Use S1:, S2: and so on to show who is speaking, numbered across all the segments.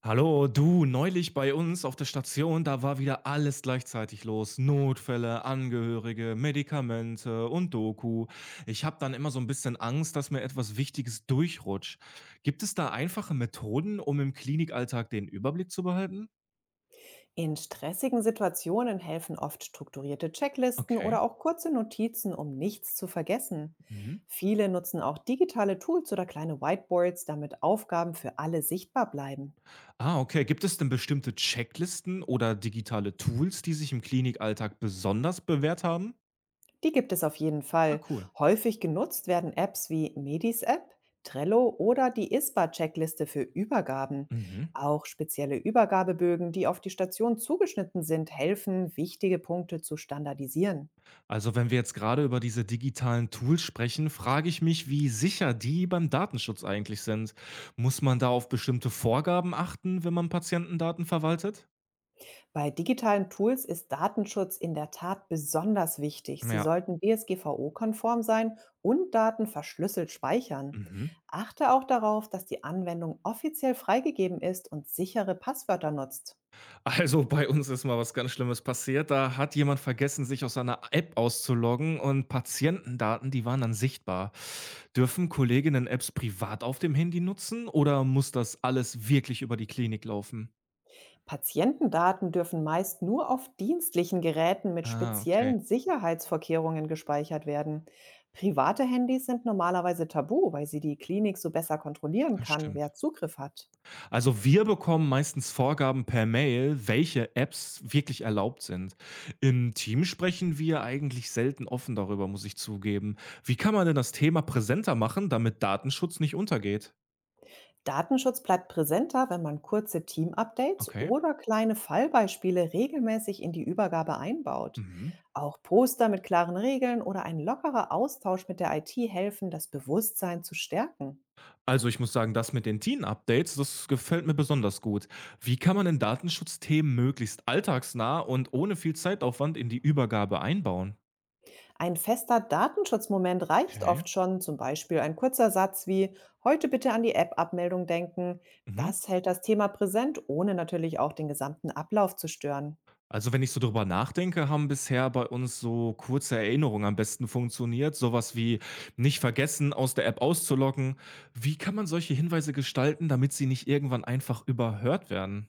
S1: Hallo, du, neulich bei uns auf der Station, da war wieder alles gleichzeitig los. Notfälle, Angehörige, Medikamente und Doku. Ich habe dann immer so ein bisschen Angst, dass mir etwas Wichtiges durchrutscht. Gibt es da einfache Methoden, um im Klinikalltag den Überblick zu behalten?
S2: In stressigen Situationen helfen oft strukturierte Checklisten
S1: Okay.
S2: oder auch kurze Notizen, um nichts zu vergessen.
S1: Mhm.
S2: Viele nutzen auch digitale Tools oder kleine Whiteboards, damit Aufgaben für alle sichtbar bleiben.
S1: Ah, okay. Gibt es denn bestimmte Checklisten oder digitale Tools, die sich im Klinikalltag besonders bewährt haben?
S2: Die gibt es auf jeden
S1: Ja,
S2: Fall.
S1: cool.
S2: Häufig genutzt werden Apps wie Medis App, Trello oder die ISPA-Checkliste für Übergaben.
S1: Mhm.
S2: Auch spezielle Übergabebögen, die auf die Station zugeschnitten sind, helfen, wichtige Punkte zu standardisieren.
S1: Also wenn wir jetzt gerade über diese digitalen Tools sprechen, frage ich mich, wie sicher die beim Datenschutz eigentlich sind. Muss man da auf bestimmte Vorgaben achten, wenn man Patientendaten verwaltet?
S2: Bei digitalen Tools ist Datenschutz in der Tat besonders wichtig. Sie
S1: Ja.
S2: sollten DSGVO-konform sein und Daten verschlüsselt speichern.
S1: Mhm.
S2: Achte auch darauf, dass die Anwendung offiziell freigegeben ist und sichere Passwörter nutzt.
S1: Also bei uns ist mal was ganz Schlimmes passiert. Da hat jemand vergessen, sich aus seiner App auszuloggen und Patientendaten, die waren dann sichtbar. Dürfen Kolleginnen Apps privat auf dem Handy nutzen oder muss das alles wirklich über die Klinik laufen?
S2: Patientendaten dürfen meist nur auf dienstlichen Geräten mit
S1: Ah, okay.
S2: speziellen Sicherheitsvorkehrungen gespeichert werden. Private Handys sind normalerweise tabu, weil sie die Klinik so besser kontrollieren
S1: Das
S2: kann,
S1: stimmt.
S2: wer Zugriff hat.
S1: Also wir bekommen meistens Vorgaben per Mail, welche Apps wirklich erlaubt sind. Im Team sprechen wir eigentlich selten offen darüber, muss ich zugeben. Wie kann man denn das Thema präsenter machen, damit Datenschutz nicht untergeht?
S2: Datenschutz bleibt präsenter, wenn man kurze Team-Updates
S1: Okay.
S2: oder kleine Fallbeispiele regelmäßig in die Übergabe einbaut.
S1: Mhm.
S2: Auch Poster mit klaren Regeln oder ein lockerer Austausch mit der IT helfen, das Bewusstsein zu stärken.
S1: Also ich muss sagen, das mit den Teen-Updates, das gefällt mir besonders gut. Wie kann man denn Datenschutzthemen möglichst alltagsnah und ohne viel Zeitaufwand in die Übergabe einbauen?
S2: Ein fester Datenschutzmoment reicht
S1: Okay.
S2: oft schon, zum Beispiel ein kurzer Satz wie: heute bitte an die App-Abmeldung denken.
S1: Mhm.
S2: Das hält das Thema präsent, ohne natürlich auch den gesamten Ablauf zu stören.
S1: Also, wenn ich so drüber nachdenke, haben bisher bei uns so kurze Erinnerungen am besten funktioniert. Sowas wie nicht vergessen, aus der App auszuloggen. Wie kann man solche Hinweise gestalten, damit sie nicht irgendwann einfach überhört werden?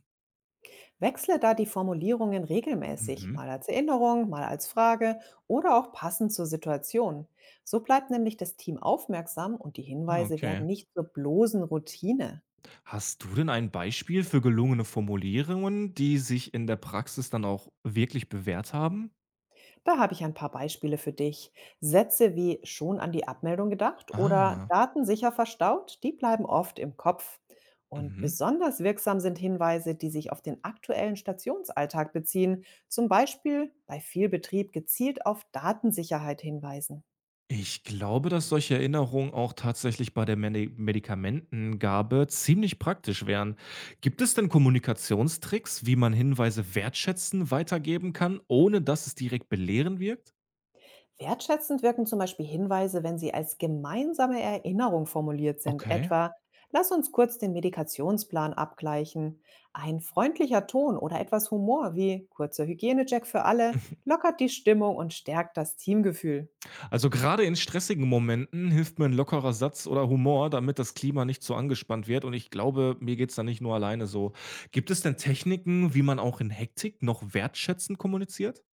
S2: Wechsle da die Formulierungen regelmäßig,
S1: Mhm.
S2: mal als Erinnerung, mal als Frage oder auch passend zur Situation. So bleibt nämlich das Team aufmerksam und die
S1: Ah,
S2: Hinweise
S1: okay.
S2: werden nicht zur bloßen Routine.
S1: Hast du denn ein Beispiel für gelungene Formulierungen, die sich in der Praxis dann auch wirklich bewährt haben?
S2: Da habe ich ein paar Beispiele für dich. Sätze wie schon an die Abmeldung gedacht oder
S1: Ah.
S2: Daten sicher verstaut, die bleiben oft im Kopf. Und
S1: Mhm.
S2: besonders wirksam sind Hinweise, die sich auf den aktuellen Stationsalltag beziehen, zum Beispiel bei viel Betrieb gezielt auf Datensicherheit hinweisen.
S1: Ich glaube, dass solche Erinnerungen auch tatsächlich bei der Medikamentengabe ziemlich praktisch wären. Gibt es denn Kommunikationstricks, wie man Hinweise wertschätzen weitergeben kann, ohne dass es direkt belehren wirkt?
S2: Wertschätzend wirken zum Beispiel Hinweise, wenn sie als gemeinsame Erinnerung formuliert sind,
S1: Okay.
S2: etwa: Lass uns kurz den Medikationsplan abgleichen. Ein freundlicher Ton oder etwas Humor wie kurzer Hygienecheck für alle lockert die Stimmung und stärkt das Teamgefühl.
S1: Also gerade in stressigen Momenten hilft mir ein lockerer Satz oder Humor, damit das Klima nicht so angespannt wird. Und ich glaube, mir geht's da nicht nur alleine so. Gibt es denn Techniken, wie man auch in Hektik noch wertschätzend kommuniziert?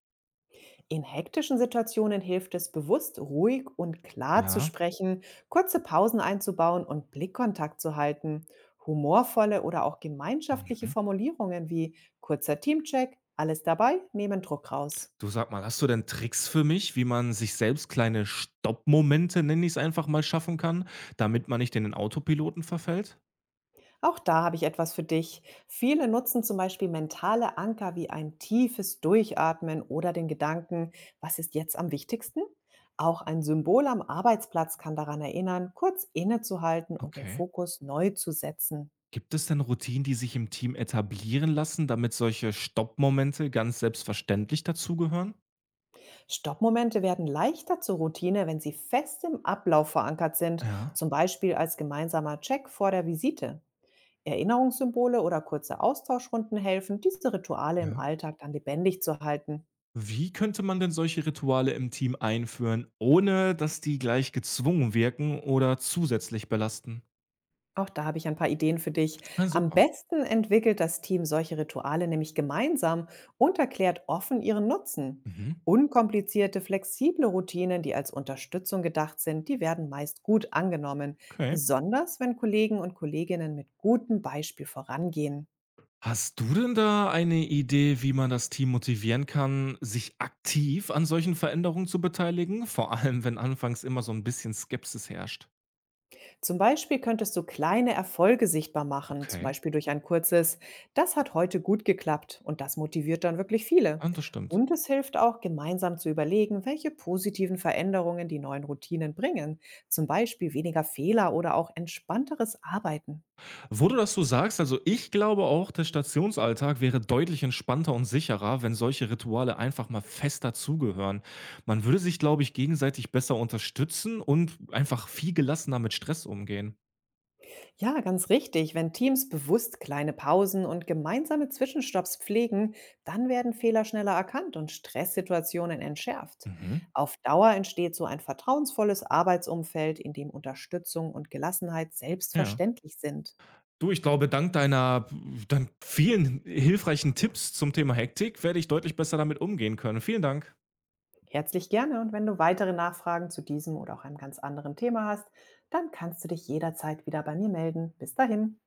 S2: In hektischen Situationen hilft es, bewusst ruhig und klar zu
S1: Ja.
S2: sprechen, kurze Pausen einzubauen und Blickkontakt zu halten. Humorvolle oder auch gemeinschaftliche
S1: Mhm.
S2: Formulierungen wie kurzer Teamcheck, alles dabei, nehmen Druck raus.
S1: Du sag mal, hast du denn Tricks für mich, wie man sich selbst kleine Stoppmomente, nenne ich es einfach mal, schaffen kann, damit man nicht in den Autopiloten verfällt?
S2: Auch da habe ich etwas für dich. Viele nutzen zum Beispiel mentale Anker wie ein tiefes Durchatmen oder den Gedanken, was ist jetzt am wichtigsten? Auch ein Symbol am Arbeitsplatz kann daran erinnern, kurz innezuhalten und den
S1: Okay.
S2: Fokus neu zu setzen.
S1: Gibt es denn Routinen, die sich im Team etablieren lassen, damit solche Stoppmomente ganz selbstverständlich dazugehören?
S2: Stoppmomente werden leichter zur Routine, wenn sie fest im Ablauf verankert sind,
S1: Ja,
S2: zum Beispiel als gemeinsamer Check vor der Visite. Erinnerungssymbole oder kurze Austauschrunden helfen, diese Rituale im
S1: ja.
S2: Alltag dann lebendig zu halten.
S1: Wie könnte man denn solche Rituale im Team einführen, ohne dass die gleich gezwungen wirken oder zusätzlich belasten?
S2: Auch da habe ich ein paar Ideen für dich.
S1: Ah,
S2: Am
S1: super.
S2: besten entwickelt das Team solche Rituale nämlich gemeinsam und erklärt offen ihren Nutzen.
S1: Mhm.
S2: Unkomplizierte, flexible Routinen, die als Unterstützung gedacht sind, die werden meist gut angenommen,
S1: Okay.
S2: besonders wenn Kollegen und Kolleginnen mit gutem Beispiel vorangehen.
S1: Hast du denn da eine Idee, wie man das Team motivieren kann, sich aktiv an solchen Veränderungen zu beteiligen? Vor allem, wenn anfangs immer so ein bisschen Skepsis herrscht.
S2: Zum Beispiel könntest du kleine Erfolge sichtbar machen, zum
S1: Okay.
S2: Beispiel durch ein kurzes, das hat heute gut geklappt, und das motiviert dann wirklich viele.
S1: Ja, das stimmt.
S2: Und es hilft auch, gemeinsam zu überlegen, welche positiven Veränderungen die neuen Routinen bringen, zum Beispiel weniger Fehler oder auch entspannteres Arbeiten.
S1: Wo du das so sagst, also, ich glaube auch, der Stationsalltag wäre deutlich entspannter und sicherer, wenn solche Rituale einfach mal fest dazugehören. Man würde sich, glaube ich, gegenseitig besser unterstützen und einfach viel gelassener mit Stress umgehen.
S2: Ja, ganz richtig. Wenn Teams bewusst kleine Pausen und gemeinsame Zwischenstopps pflegen, dann werden Fehler schneller erkannt und Stresssituationen entschärft.
S1: Mhm.
S2: Auf Dauer entsteht so ein vertrauensvolles Arbeitsumfeld, in dem Unterstützung und Gelassenheit
S1: Ja.
S2: selbstverständlich sind.
S1: Du, ich glaube, dank deiner dann vielen hilfreichen Tipps zum Thema Hektik werde ich deutlich besser damit umgehen können. Vielen Dank.
S2: Herzlich gerne, und wenn du weitere Nachfragen zu diesem oder auch einem ganz anderen Thema hast, dann kannst du dich jederzeit wieder bei mir melden. Bis dahin.